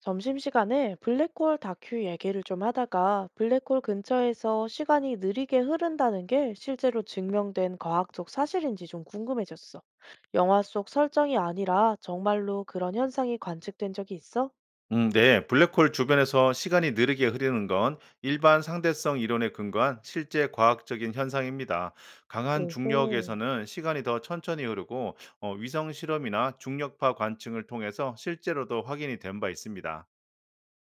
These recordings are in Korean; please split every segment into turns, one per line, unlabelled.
점심시간에 블랙홀 다큐 얘기를 좀 하다가 블랙홀 근처에서 시간이 느리게 흐른다는 게 실제로 증명된 과학적 사실인지 좀 궁금해졌어. 영화 속 설정이 아니라 정말로 그런 현상이 관측된 적이 있어?
네. 블랙홀 주변에서 시간이 느리게 흐르는 건 일반 상대성 이론에 근거한 실제 과학적인 현상입니다. 강한
오호.
중력에서는 시간이 더 천천히 흐르고 위성 실험이나 중력파 관측을 통해서 실제로도 확인이 된 바 있습니다.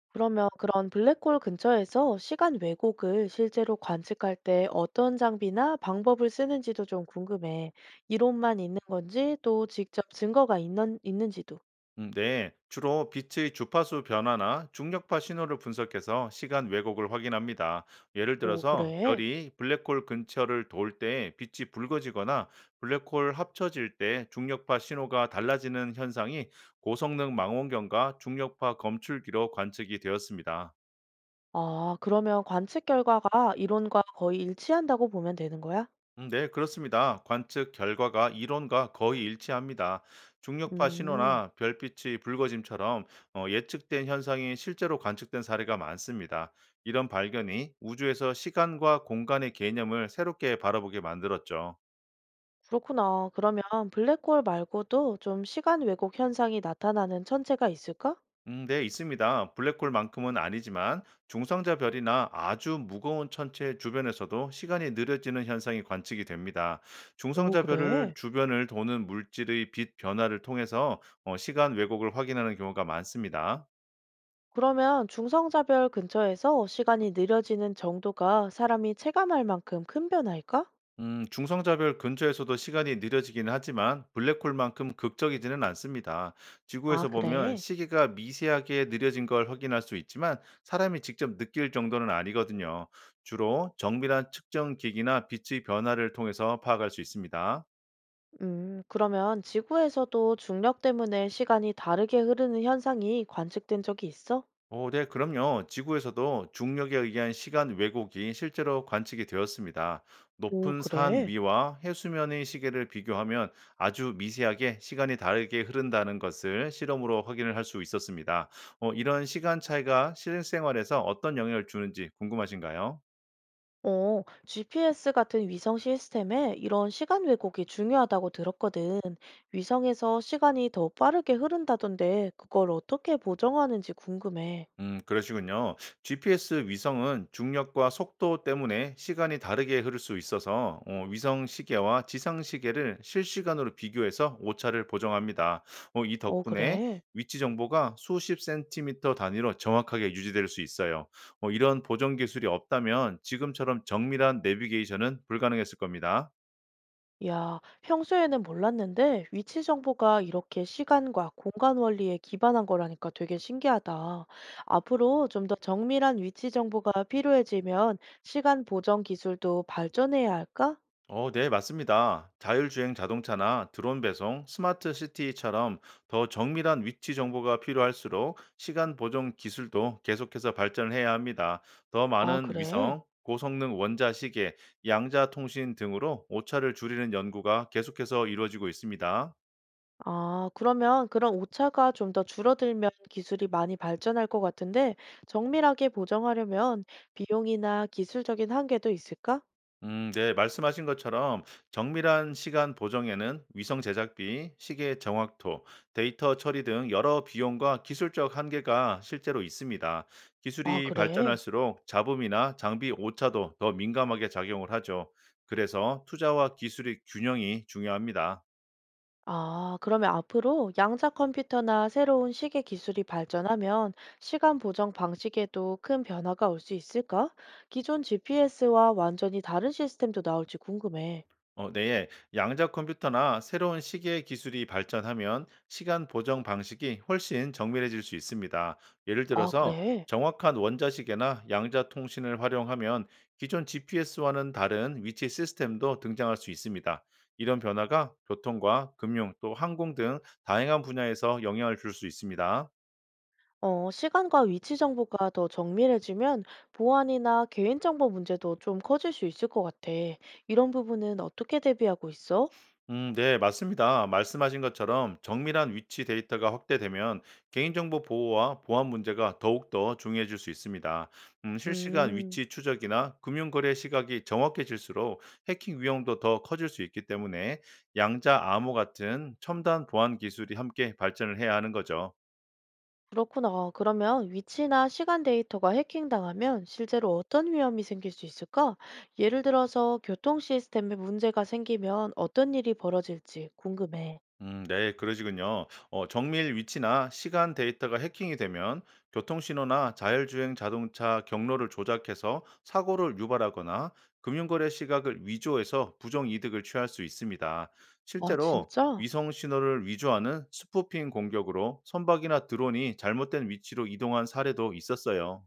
그러면 그런 블랙홀 근처에서 시간 왜곡을 실제로 관측할 때 어떤 장비나 방법을 쓰는지도 좀 궁금해. 이론만 있는 건지 또 직접 증거가 있는지도.
네, 주로 빛의 주파수 변화나 중력파 신호를 분석해서 시간 왜곡을 확인합니다. 예를
오,
들어서
그래?
별이 블랙홀 근처를 돌 때 빛이 붉어지거나 블랙홀 합쳐질 때 중력파 신호가 달라지는 현상이 고성능 망원경과 중력파 검출기로 관측이 되었습니다.
아, 그러면 관측 결과가 이론과 거의 일치한다고 보면 되는 거야?
네, 그렇습니다. 관측 결과가 이론과 거의 일치합니다. 중력파
음,
신호나 별빛이 붉어짐처럼 예측된 현상이 실제로 관측된 사례가 많습니다. 이런 발견이 우주에서 시간과 공간의 개념을 새롭게 바라보게 만들었죠.
그렇구나. 그러면 블랙홀 말고도 좀 시간 왜곡 현상이 나타나는 천체가 있을까?
네, 있습니다. 블랙홀만큼은 아니지만 중성자 별이나 아주 무거운 천체 주변에서도 시간이 느려지는 현상이 관측이 됩니다.
오,
중성자 별을
그래?
주변을 도는 물질의 빛 변화를 통해서 시간 왜곡을 확인하는 경우가 많습니다.
그러면 중성자별 근처에서 시간이 느려지는 정도가 사람이 체감할 만큼 큰 변화일까?
중성자별 근처에서도 시간이 느려지긴 하지만 블랙홀만큼 극적이지는 않습니다.
아,
지구에서 보면
그래?
시계가 미세하게 느려진 걸 확인할 수 있지만 사람이 직접 느낄 정도는 아니거든요. 주로 정밀한 측정 기기나 빛의 변화를 통해서 파악할 수 있습니다.
그러면 지구에서도 중력 때문에 시간이 다르게 흐르는 현상이 관측된 적이 있어?
오, 네, 그럼요. 지구에서도 중력에 의한 시간 왜곡이 실제로 관측이 되었습니다.
오,
높은 산
그래?
위와 해수면의 시계를 비교하면 아주 미세하게 시간이 다르게 흐른다는 것을 실험으로 확인을 할 수 있었습니다. 이런 시간 차이가 실생활에서 어떤 영향을 주는지 궁금하신가요?
GPS 같은 위성 시스템에 이런 시간 왜곡이 중요하다고 들었거든. 위성에서 시간이 더 빠르게 흐른다던데 그걸 어떻게 보정하는지 궁금해.
그러시군요. GPS 위성은 중력과 속도 때문에 시간이 다르게 흐를 수 있어서 위성 시계와 지상 시계를 실시간으로 비교해서 오차를 보정합니다. 이
어,
덕분에
그래?
위치 정보가 수십 센티미터 단위로 정확하게 유지될 수 있어요. 이런 보정 기술이 없다면 지금처럼 정밀한 내비게이션은 불가능했을 겁니다.
야, 평소에는 몰랐는데 위치 정보가 이렇게 시간과 공간 원리에 기반한 거라니까 되게 신기하다. 앞으로 좀 더 정밀한 위치 정보가 필요해지면 시간 보정 기술도 발전해야 할까?
네, 맞습니다. 자율주행 자동차나 드론 배송, 스마트 시티처럼 더 정밀한 위치 정보가 필요할수록 시간 보정 기술도 계속해서 발전해야 합니다. 더
아,
많은
그래?
위성, 고성능 원자 시계, 양자 통신 등으로 오차를 줄이는 연구가 계속해서 이루어지고 있습니다.
아, 그러면 그런 오차가 좀 더 줄어들면 기술이 많이 발전할 것 같은데, 정밀하게 보정하려면 비용이나 기술적인 한계도 있을까?
네, 말씀하신 것처럼 정밀한 시간 보정에는 위성 제작비, 시계 정확도, 데이터 처리 등 여러 비용과 기술적 한계가 실제로 있습니다.
아,
기술이
그래.
발전할수록 잡음이나 장비 오차도 더 민감하게 작용을 하죠. 그래서 투자와 기술의 균형이 중요합니다.
아, 그러면 앞으로 양자 컴퓨터나 새로운 시계 기술이 발전하면 시간 보정 방식에도 큰 변화가 올 수 있을까? 기존 GPS와 완전히 다른 시스템도 나올지 궁금해.
네. 양자 컴퓨터나 새로운 시계 기술이 발전하면 시간 보정 방식이 훨씬 정밀해질 수 있습니다. 예를
아,
들어서
그래.
정확한 원자 시계나 양자 통신을 활용하면 기존 GPS와는 다른 위치 시스템도 등장할 수 있습니다. 이런 변화가 교통과 금융 또 항공 등 다양한 분야에서 영향을 줄 수 있습니다.
시간과 위치 정보가 더 정밀해지면 보안이나 개인정보 문제도 좀 커질 수 있을 것 같아. 이런 부분은 어떻게 대비하고 있어?
네, 맞습니다. 말씀하신 것처럼 정밀한 위치 데이터가 확대되면 개인정보 보호와 보안 문제가 더욱더 중요해질 수 있습니다. 실시간
음,
위치 추적이나 금융거래 시각이 정확해질수록 해킹 위험도 더 커질 수 있기 때문에 양자 암호 같은 첨단 보안 기술이 함께 발전을 해야 하는 거죠.
그렇구나. 그러면 위치나 시간 데이터가 해킹당하면 실제로 어떤 위험이 생길 수 있을까? 예를 들어서 교통 시스템에 문제가 생기면 어떤 일이 벌어질지 궁금해.
네, 그러시군요. 정밀 위치나 시간 데이터가 해킹이 되면 교통신호나 자율주행 자동차 경로를 조작해서 사고를 유발하거나 금융거래 시각을 위조해서 부정이득을 취할 수 있습니다.
와,
실제로
진짜?
위성 신호를 위조하는 스푸핑 공격으로 선박이나 드론이 잘못된 위치로 이동한 사례도 있었어요.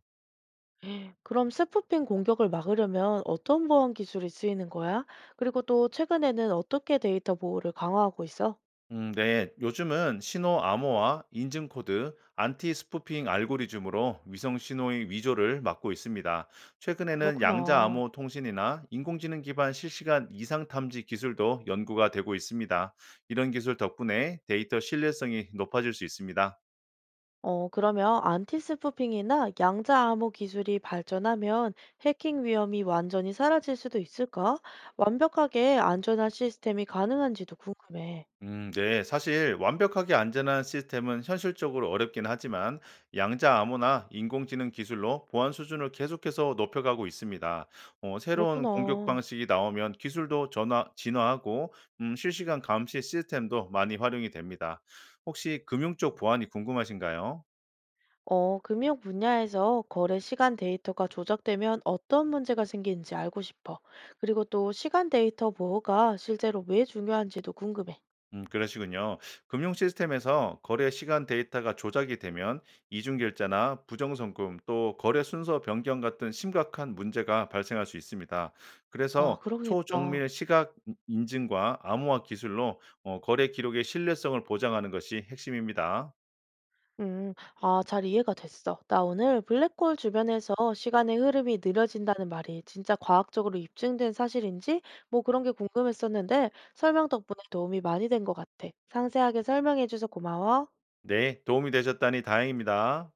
그럼 스푸핑 공격을 막으려면 어떤 보안 기술이 쓰이는 거야? 그리고 또 최근에는 어떻게 데이터 보호를 강화하고 있어?
네. 요즘은 신호 암호화, 인증 코드, 안티 스푸핑 알고리즘으로 위성 신호의 위조를 막고 있습니다. 최근에는 양자
그렇구나.
암호 통신이나 인공지능 기반 실시간 이상 탐지 기술도 연구가 되고 있습니다. 이런 기술 덕분에 데이터 신뢰성이 높아질 수 있습니다.
그러면 안티 스푸핑이나 양자 암호 기술이 발전하면 해킹 위험이 완전히 사라질 수도 있을까? 완벽하게 안전한 시스템이 가능한지도 궁금해.
네. 사실 완벽하게 안전한 시스템은 현실적으로 어렵긴 하지만 양자 암호나 인공지능 기술로 보안 수준을 계속해서 높여가고 있습니다. 새로운 공격
그렇구나.
방식이 나오면 기술도 진화하고 실시간 감시 시스템도 많이 활용이 됩니다. 혹시 금융 쪽 보안이 궁금하신가요?
금융 분야에서 거래 시간 데이터가 조작되면 어떤 문제가 생기는지 알고 싶어. 그리고 또 시간 데이터 보호가 실제로 왜 중요한지도 궁금해.
음, 그러시군요. 금융 시스템에서 거래 시간 데이터가 조작이 되면 이중결제나 부정송금 또 거래 순서 변경 같은 심각한 문제가 발생할 수 있습니다.
아,
그래서
그러겠다.
초정밀 시각 증과 암호화 기술로 거래 기록의 신뢰성을 보장하는 것이 핵심입니다.
음, 아, 잘 이해가 됐어. 나 오늘 블랙홀 주변에서 시간의 흐름이 느려진다는 말이 진짜 과학적으로 입증된 사실인지 뭐 그런 게 궁금했었는데 설명 덕분에 도움이 많이 된 것 같아. 상세하게 설명해줘서 고마워.
네, 도움이 되셨다니 다행입니다.